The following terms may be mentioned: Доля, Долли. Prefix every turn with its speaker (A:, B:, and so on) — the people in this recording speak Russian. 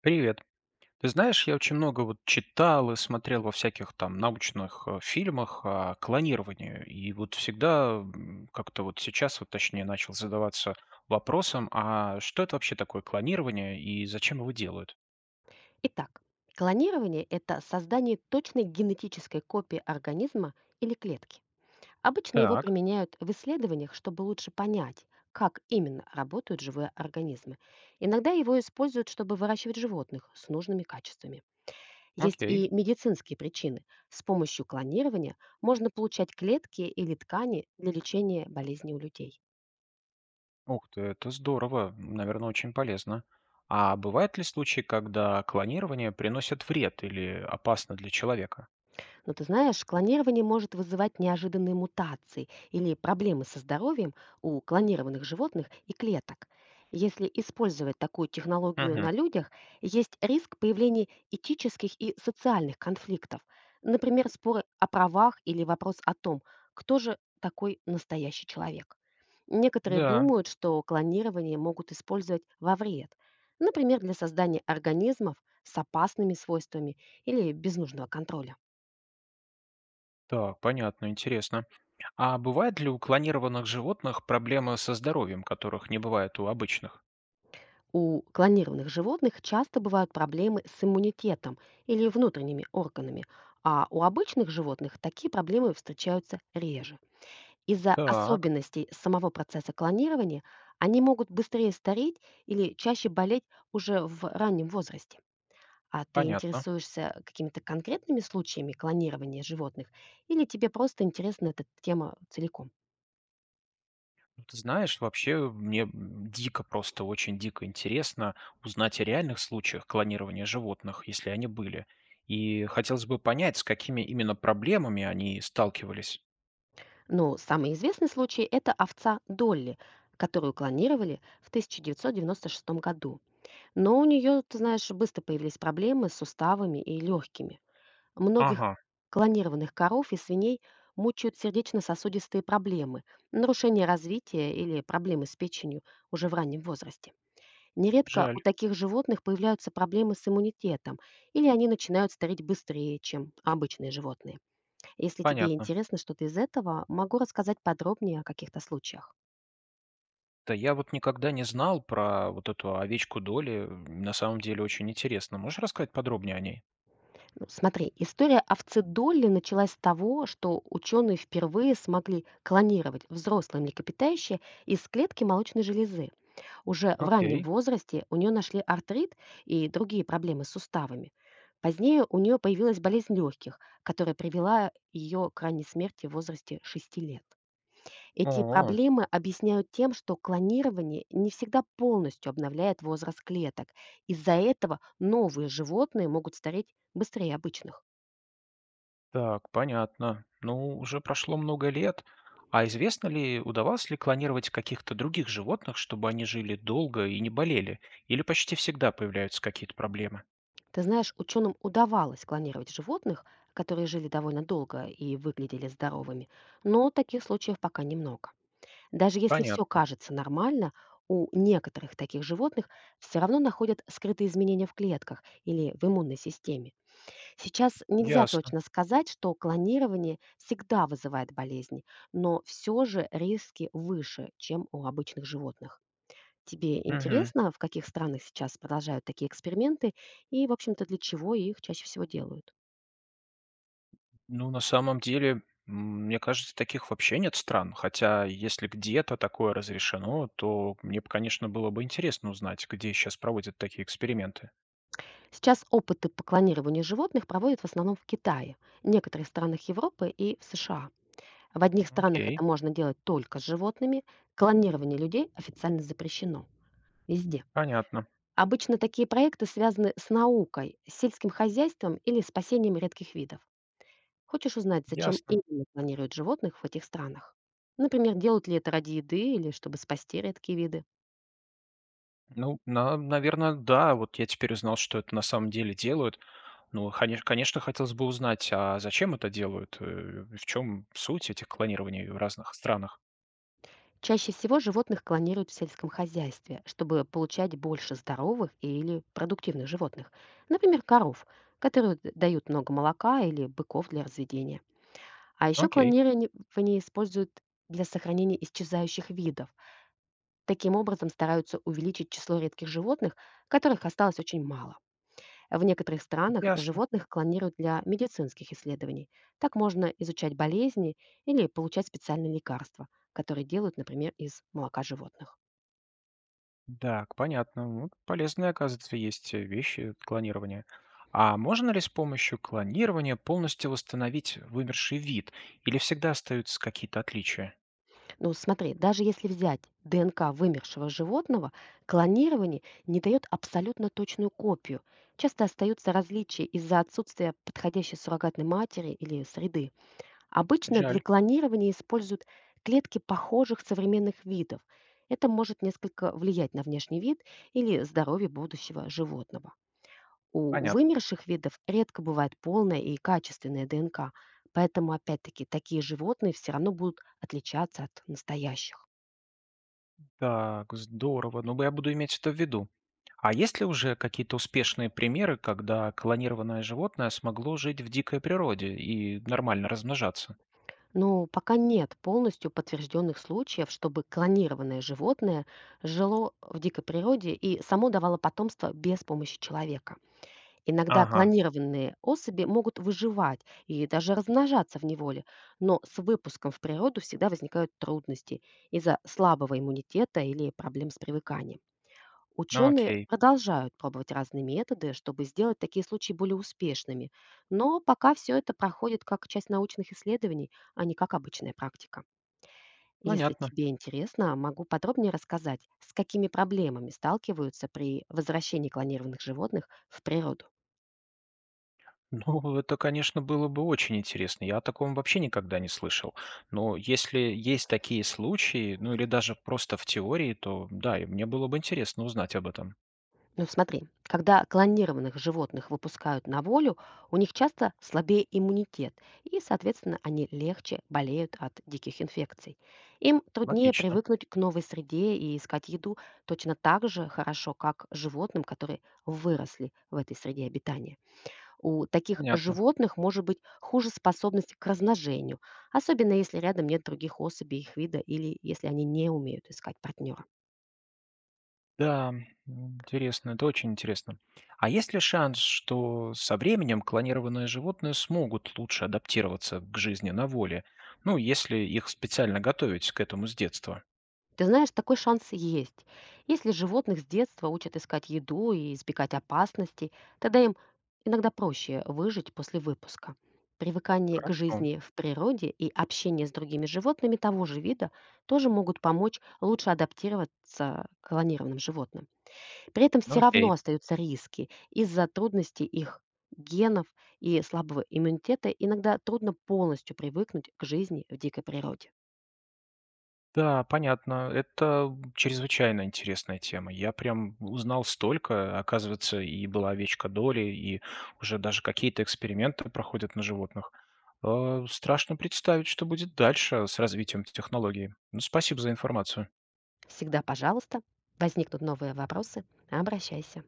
A: Привет. Ты знаешь, я очень много вот читал и смотрел во всяких там научных фильмах о клонировании. И вот всегда как-то вот сейчас вот точнее начал задаваться вопросом, а что это вообще такое клонирование и зачем его делают?
B: Итак, клонирование– это создание точной генетической копии организма или клетки. Обычно его
A: Так,
B: применяют в исследованиях, чтобы лучше понять, как именно работают живые организмы. Иногда его используют, чтобы выращивать животных с нужными качествами. Есть
A: окей.
B: и медицинские причины. С помощью клонирования можно получать клетки или ткани для лечения болезней у людей.
A: Ух ты, это здорово, наверное, очень полезно. А бывают ли случаи, когда клонирование приносит вред или опасно для человека?
B: Но ты знаешь, клонирование может вызывать неожиданные мутации или проблемы со здоровьем у клонированных животных и клеток. Если использовать такую технологию
A: Угу.
B: на людях, есть риск появления этических и социальных конфликтов. Например, споры о правах или вопрос о том, кто же такой настоящий человек. Некоторые
A: Да,
B: думают, что клонирование могут использовать во вред, например, для создания организмов с опасными свойствами или без нужного контроля.
A: так, понятно, интересно. А бывает ли у клонированных животных проблемы со здоровьем, которых не бывает у обычных?
B: У клонированных животных часто бывают проблемы с иммунитетом или внутренними органами, а у обычных животных такие проблемы встречаются реже. Из-за
A: Так,
B: особенностей самого процесса клонирования они могут быстрее стареть или чаще болеть уже в раннем возрасте. А ты
A: понятно.
B: интересуешься какими-то конкретными случаями клонирования животных или тебе просто интересна эта тема целиком?
A: Ну, ты знаешь, вообще мне дико, просто очень дико интересно узнать о реальных случаях клонирования животных, если они были. И хотелось бы понять, с какими именно проблемами они сталкивались.
B: Но самый известный случай– это овца Долли, которую клонировали в 1996 году. Но у нее, ты знаешь, быстро появились проблемы с суставами и легкими. Многих
A: Ага,
B: клонированных коров и свиней мучают сердечно-сосудистые проблемы, нарушение развития или проблемы с печенью уже в раннем возрасте. Нередко
A: жаль,
B: у таких животных появляются проблемы с иммунитетом, или они начинают стареть быстрее, чем обычные животные. Если тебе
A: понятно.
B: интересно что-то из этого, могу рассказать подробнее о каких-то случаях.
A: Да я вот никогда не знал про вот эту овечку Доли. На самом деле очень интересно. Можешь рассказать подробнее о ней?
B: Ну, смотри, история овцедолли началась с того, что ученые впервые смогли клонировать взрослое млекопитающее из клетки молочной железы. Уже в раннем
A: Окей.
B: возрасте у нее нашли артрит и другие проблемы с суставами. Позднее у нее появилась болезнь легких, которая привела ее к ранней смерти в возрасте 6 лет. Эти
A: О,
B: проблемы объясняют тем, что клонирование не всегда полностью обновляет возраст клеток. Из-за этого новые животные могут стареть быстрее обычных.
A: так, понятно. Ну, уже прошло много лет. А известно ли, удавалось ли клонировать каких-то других животных, чтобы они жили долго и не болели? Или почти всегда появляются какие-то проблемы?
B: Ты знаешь, ученым удавалось клонировать животных, которые жили довольно долго и выглядели здоровыми, но таких случаев пока немного. Даже если все
A: Понятно.
B: кажется нормально, у некоторых таких животных все равно находят скрытые изменения в клетках или в иммунной системе. Сейчас нельзя
A: Ясно.
B: точно сказать, что клонирование всегда вызывает болезни, но все же риски выше, чем у обычных животных. Тебе
A: Мгм.
B: интересно, в каких странах сейчас продолжают такие эксперименты и, в общем-то, для чего их чаще всего делают?
A: Ну, на самом деле, мне кажется, таких вообще нет стран. Хотя, если где-то такое разрешено, то мне, бы, конечно, было бы интересно узнать, где сейчас проводят такие эксперименты.
B: Сейчас опыты по клонированию животных проводят в основном в Китае, некоторых странах Европы и в США. В одних странах это
A: Окей,
B: можно делать только с животными, клонирование людей официально запрещено. Везде.
A: понятно.
B: Обычно такие проекты связаны с наукой, с сельским хозяйством или спасением редких видов. Хочешь узнать, зачем
A: Ясно.
B: именно планируют животных в этих странах? Например, делают ли это ради еды или чтобы спасти редкие виды?
A: Ну, наверное, да. Вот я теперь узнал, что это на самом деле делают. Ну, хонеш конечно, хотелось бы узнать, а зачем это делают? В чем суть этих клонирований в разных странах?
B: Чаще всего животных клонируют в сельском хозяйстве, чтобы получать больше здоровых или продуктивных животных. Например, коров, которые дают много молока или быков для разведения. А еще
A: Окей,
B: клонирование используют для сохранения исчезающих видов. Таким образом стараются увеличить число редких животных, которых осталось очень мало. В некоторых странах
A: ясно.
B: животных клонируют для медицинских исследований. Так можно изучать болезни или получать специальные лекарства, которые делают, например, из молока животных.
A: Так, понятно. Вот полезные, оказывается, есть, вещи клонирования. А можно ли с помощью клонирования полностью восстановить вымерший вид или всегда остаются какие-то отличия?
B: Ну смотри, даже если взять ДНК вымершего животного, клонирование не дает абсолютно точную копию. Часто остаются различия из-за отсутствия подходящей суррогатной матери или среды. Обычно для
A: Жаль.
B: клонирования используют клетки похожих современных видов. Это может несколько влиять на внешний вид или здоровье будущего животного. У
A: Понятно.
B: вымерших видов редко бывает полная и качественная ДНК, поэтому опять-таки такие животные все равно будут отличаться от настоящих.
A: Так, здорово. Ну, б я буду иметь это в виду. А есть ли уже какие-то успешные примеры, когда клонированное животное смогло жить в дикой природе и нормально размножаться?
B: Но пока нет полностью подтвержденных случаев, чтобы клонированное животное жило в дикой природе и само давало потомство без помощи человека. Иногда
A: Ага,
B: клонированные особи могут выживать и даже размножаться в неволе, но с выпуском в природу всегда возникают трудности из-за слабого иммунитета или проблем с привыканием.
A: ну
B: Ученые
A: окей,
B: продолжают пробовать разные методы, чтобы сделать такие случаи более успешными, но пока все это проходит как часть научных исследований, а не как обычная практика. Если
A: понятно.
B: тебе интересно, могу подробнее рассказать, с какими проблемами сталкиваются при возвращении клонированных животных в природу.
A: Ну, это, конечно, было бы очень интересно. Я о таком вообще никогда не слышал. Но если есть такие случаи, ну или даже просто в теории, то да, и мне было бы интересно узнать об этом.
B: Ну смотри, когда клонированных животных выпускают на волю, у них часто слабее иммунитет, и, соответственно, они легче болеют от диких инфекций. Им труднее
A: Логично,
B: привыкнуть к новой среде и искать еду точно так же хорошо, как животным, которые выросли в этой среде обитания. У таких
A: понятно.
B: животных может быть хуже способность к размножению, особенно если рядом нет других особей их вида или если они не умеют искать партнеров.
A: Да, интересно, это очень интересно. А есть ли шанс, что со временем клонированные животные смогут лучше адаптироваться к жизни на воле? Ну, если их специально готовить к этому с детства.
B: Ты знаешь, такой шанс есть. Если животных с детства учат искать еду и избегать опасностей, тогда им иногда проще выжить после выпуска. Привыкание к
A: Хорошо.
B: жизни в природе и общение с другими животными того же вида тоже могут помочь лучше адаптироваться к клонированным животным. При этом
A: Ну,
B: все равно
A: окей.
B: остаются риски. Из-за трудностей их генов и слабого иммунитета иногда трудно полностью привыкнуть к жизни в дикой природе.
A: Да, понятно. Это чрезвычайно интересная тема. Я прям узнал столько. Оказывается, и была овечка Доли, и уже даже какие-то эксперименты проходят на животных. Страшно представить, что будет дальше с развитием технологий. Ну, спасибо за информацию.
B: Всегда пожалуйста. Возникнут новые вопросы- обращайся.